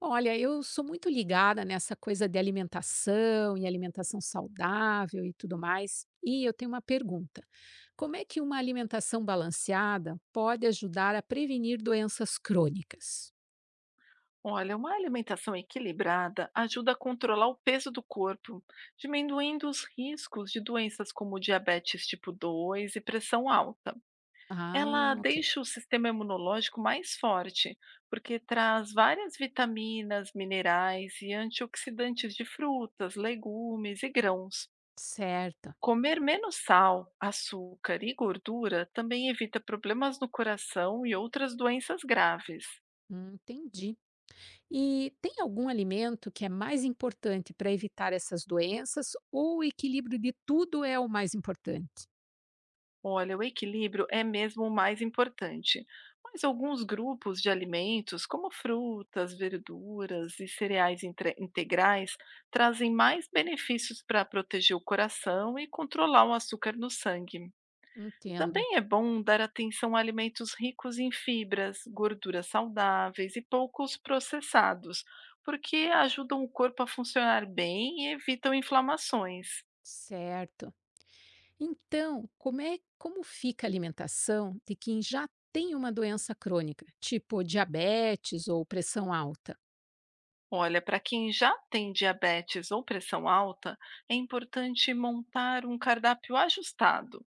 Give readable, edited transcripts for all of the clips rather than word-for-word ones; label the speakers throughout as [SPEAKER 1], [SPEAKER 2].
[SPEAKER 1] Olha, eu sou muito ligada nessa coisa de alimentação e alimentação saudável e tudo mais. E eu tenho uma pergunta: como é que uma alimentação balanceada pode ajudar a prevenir doenças crônicas?
[SPEAKER 2] Olha, uma alimentação equilibrada ajuda a controlar o peso do corpo, diminuindo os riscos de doenças como diabetes tipo 2 e pressão alta. Ela
[SPEAKER 1] Ah, ok.
[SPEAKER 2] deixa o sistema imunológico mais forte, porque traz várias vitaminas, minerais e antioxidantes de frutas, legumes e grãos.
[SPEAKER 1] Certo.
[SPEAKER 2] Comer menos sal, açúcar e gordura também evita problemas no coração e outras doenças graves.
[SPEAKER 1] Entendi. E tem algum alimento que é mais importante para evitar essas doenças ou o equilíbrio de tudo é o mais importante?
[SPEAKER 2] Olha, o equilíbrio é mesmo o mais importante, mas alguns grupos de alimentos, como frutas, verduras e cereais integrais, trazem mais benefícios para proteger o coração e controlar o açúcar no sangue.
[SPEAKER 1] Entendo.
[SPEAKER 2] Também é bom dar atenção a alimentos ricos em fibras, gorduras saudáveis e poucos processados, porque ajudam o corpo a funcionar bem e evitam inflamações.
[SPEAKER 1] Certo. Então, como fica a alimentação de quem já tem uma doença crônica, tipo diabetes ou pressão alta?
[SPEAKER 2] Olha, para quem já tem diabetes ou pressão alta, é importante montar um cardápio ajustado,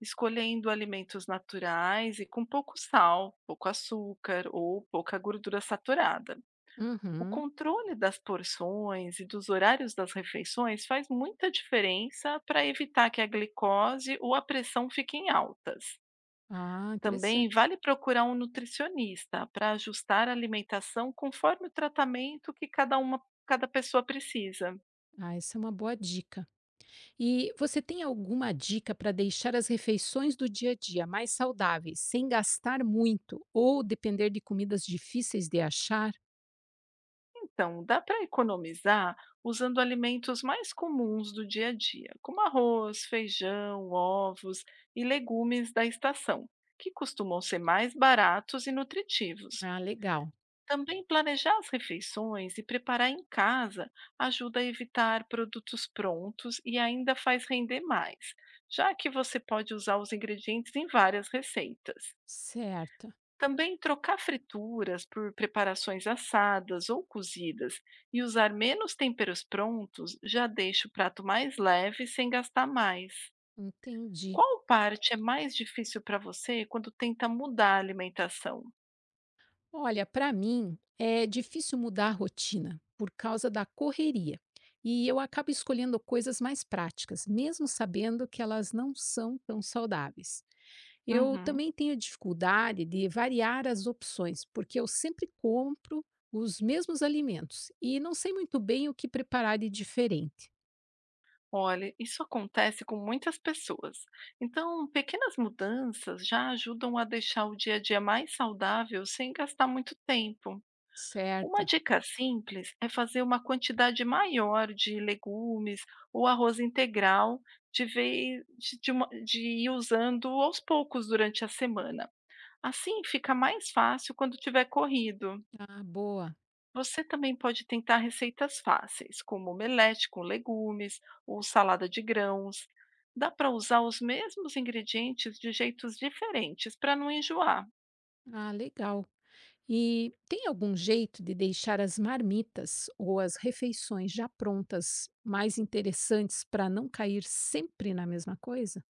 [SPEAKER 2] escolhendo alimentos naturais e com pouco sal, pouco açúcar ou pouca gordura saturada. O
[SPEAKER 1] Uhum.
[SPEAKER 2] controle das porções e dos horários das refeições faz muita diferença para evitar que a glicose ou a pressão fiquem altas.
[SPEAKER 1] Ah,
[SPEAKER 2] Também
[SPEAKER 1] interessante.
[SPEAKER 2] vale procurar um nutricionista para ajustar a alimentação conforme o tratamento que cada pessoa precisa.
[SPEAKER 1] Ah, essa é uma boa dica. E você tem alguma dica para deixar as refeições do dia a dia mais saudáveis, sem gastar muito ou depender de comidas difíceis de achar?
[SPEAKER 2] Então, dá para economizar usando alimentos mais comuns do dia a dia, como arroz, feijão, ovos e legumes da estação, que costumam ser mais baratos e nutritivos.
[SPEAKER 1] Ah, legal.
[SPEAKER 2] Também planejar as refeições e preparar em casa ajuda a evitar produtos prontos e ainda faz render mais, já que você pode usar os ingredientes em várias receitas.
[SPEAKER 1] Certo.
[SPEAKER 2] Também trocar frituras por preparações assadas ou cozidas e usar menos temperos prontos já deixa o prato mais leve sem gastar mais.
[SPEAKER 1] Entendi.
[SPEAKER 2] Qual parte é mais difícil para você quando tenta mudar a alimentação?
[SPEAKER 1] Olha, para mim é difícil mudar a rotina por causa da correria. E eu acabo escolhendo coisas mais práticas, mesmo sabendo que elas não são tão saudáveis. Eu
[SPEAKER 2] Uhum.
[SPEAKER 1] também tenho dificuldade de variar as opções, porque eu sempre compro os mesmos alimentos e não sei muito bem o que preparar de diferente.
[SPEAKER 2] Olha, isso acontece com muitas pessoas. Então, pequenas mudanças já ajudam a deixar o dia a dia mais saudável sem gastar muito tempo. Uma
[SPEAKER 1] Certa?
[SPEAKER 2] dica simples é fazer uma quantidade maior de legumes ou arroz integral de vez de uma- de ir usando aos poucos durante a semana. Assim fica mais fácil quando tiver corrido.
[SPEAKER 1] Ah, boa.
[SPEAKER 2] Você também pode tentar receitas fáceis, como omelete com legumes ou salada de grãos. Dá para usar os mesmos ingredientes de jeitos diferentes para não enjoar.
[SPEAKER 1] Ah, legal. E tem algum jeito de deixar as marmitas ou as refeições já prontas mais interessantes para não cair sempre na mesma coisa?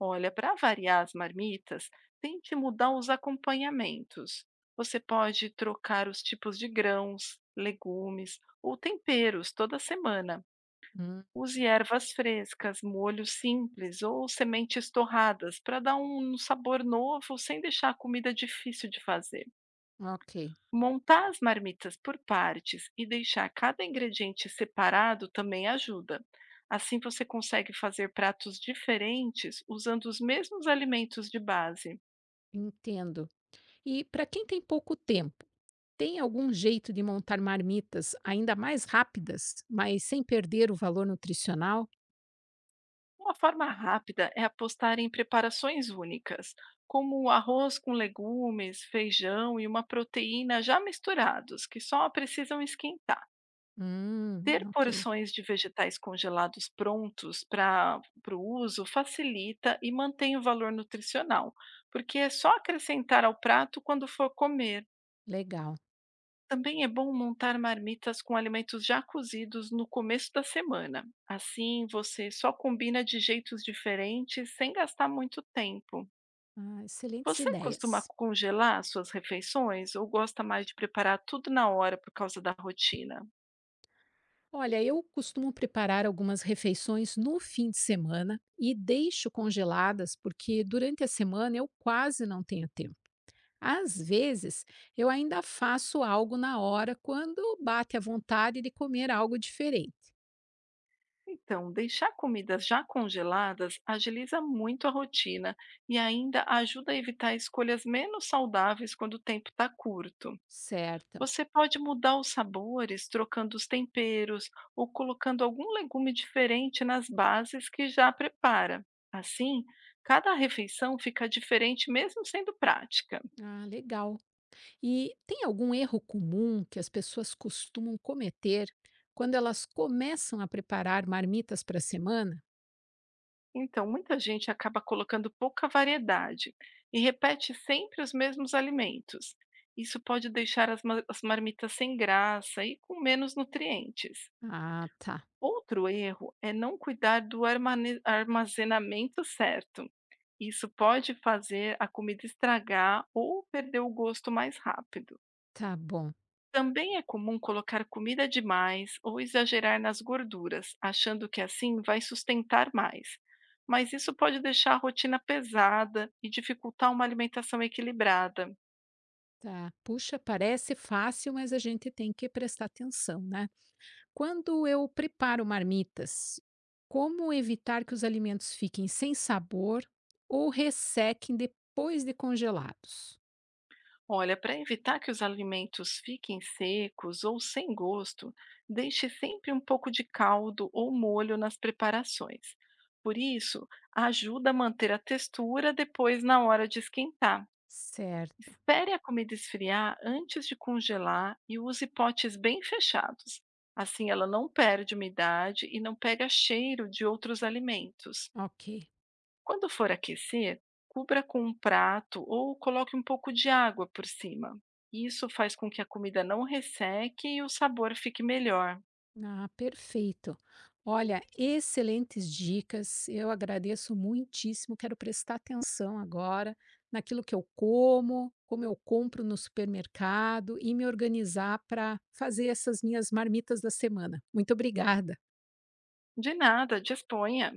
[SPEAKER 2] Olha, para variar as marmitas, tente mudar os acompanhamentos. Você pode trocar os tipos de grãos, legumes ou temperos toda semana.
[SPEAKER 1] Hum,
[SPEAKER 2] Use ervas frescas, molhos simples ou sementes torradas para dar um sabor novo sem deixar a comida difícil de fazer.
[SPEAKER 1] ok.
[SPEAKER 2] Montar as marmitas por partes e deixar cada ingrediente separado também ajuda. Assim você consegue fazer pratos diferentes usando os mesmos alimentos de base.
[SPEAKER 1] Entendo. E para quem tem pouco tempo, tem algum jeito de montar marmitas ainda mais rápidas, mas sem perder o valor nutricional?
[SPEAKER 2] Uma forma rápida é apostar em preparações únicas, como o arroz com legumes, feijão e uma proteína já misturados, que só precisam esquentar. Ter
[SPEAKER 1] Ok.
[SPEAKER 2] porções de vegetais congelados prontos para o uso facilita e mantém o valor nutricional, porque é só acrescentar ao prato quando for comer.
[SPEAKER 1] Legal.
[SPEAKER 2] Também é bom montar marmitas com alimentos já cozidos no começo da semana. Assim, você só combina de jeitos diferentes sem gastar muito tempo.
[SPEAKER 1] Ah, excelentes
[SPEAKER 2] Você costuma
[SPEAKER 1] ideias.
[SPEAKER 2] congelar suas refeições ou gosta mais de preparar tudo na hora por causa da rotina?
[SPEAKER 1] Olha, eu costumo preparar algumas refeições no fim de semana e deixo congeladas porque durante a semana eu quase não tenho tempo. Às vezes, eu ainda faço algo na hora quando bate a vontade de comer algo diferente.
[SPEAKER 2] Então, deixar comidas já congeladas agiliza muito a rotina e ainda ajuda a evitar escolhas menos saudáveis quando o tempo está curto.
[SPEAKER 1] Certo.
[SPEAKER 2] Você pode mudar os sabores, trocando os temperos ou colocando algum legume diferente nas bases que já prepara. Assim, cada refeição fica diferente mesmo sendo prática.
[SPEAKER 1] Ah, legal. E tem algum erro comum que as pessoas costumam cometer quando elas começam a preparar marmitas para a semana?
[SPEAKER 2] Então, muita gente acaba colocando pouca variedade e repete sempre os mesmos alimentos. Isso pode deixar as marmitas sem graça e com menos nutrientes.
[SPEAKER 1] Ah, tá.
[SPEAKER 2] Outro erro é não cuidar do armazenamento certo. Isso pode fazer a comida estragar ou perder o gosto mais rápido.
[SPEAKER 1] Tá bom.
[SPEAKER 2] Também é comum colocar comida demais ou exagerar nas gorduras, achando que assim vai sustentar mais. Mas isso pode deixar a rotina pesada e dificultar uma alimentação equilibrada.
[SPEAKER 1] Tá. Puxa, parece fácil, mas a gente tem que prestar atenção, né? Quando eu preparo marmitas, como evitar que os alimentos fiquem sem sabor ou ressequem depois de congelados?
[SPEAKER 2] Olha, para evitar que os alimentos fiquem secos ou sem gosto, deixe sempre um pouco de caldo ou molho nas preparações. Por isso, ajuda a manter a textura depois na hora de esquentar.
[SPEAKER 1] Certo.
[SPEAKER 2] Espere a comida esfriar antes de congelar e use potes bem fechados. Assim ela não perde umidade e não pega cheiro de outros alimentos.
[SPEAKER 1] Ok.
[SPEAKER 2] Quando for aquecer, cubra com um prato ou coloque um pouco de água por cima. Isso faz com que a comida não resseque e o sabor fique melhor.
[SPEAKER 1] Ah, perfeito. Olha, excelentes dicas. Eu agradeço muitíssimo. Quero prestar atenção agora naquilo que eu como, como eu compro no supermercado e me organizar para fazer essas minhas marmitas da semana. Muito obrigada.
[SPEAKER 2] De nada, disponha!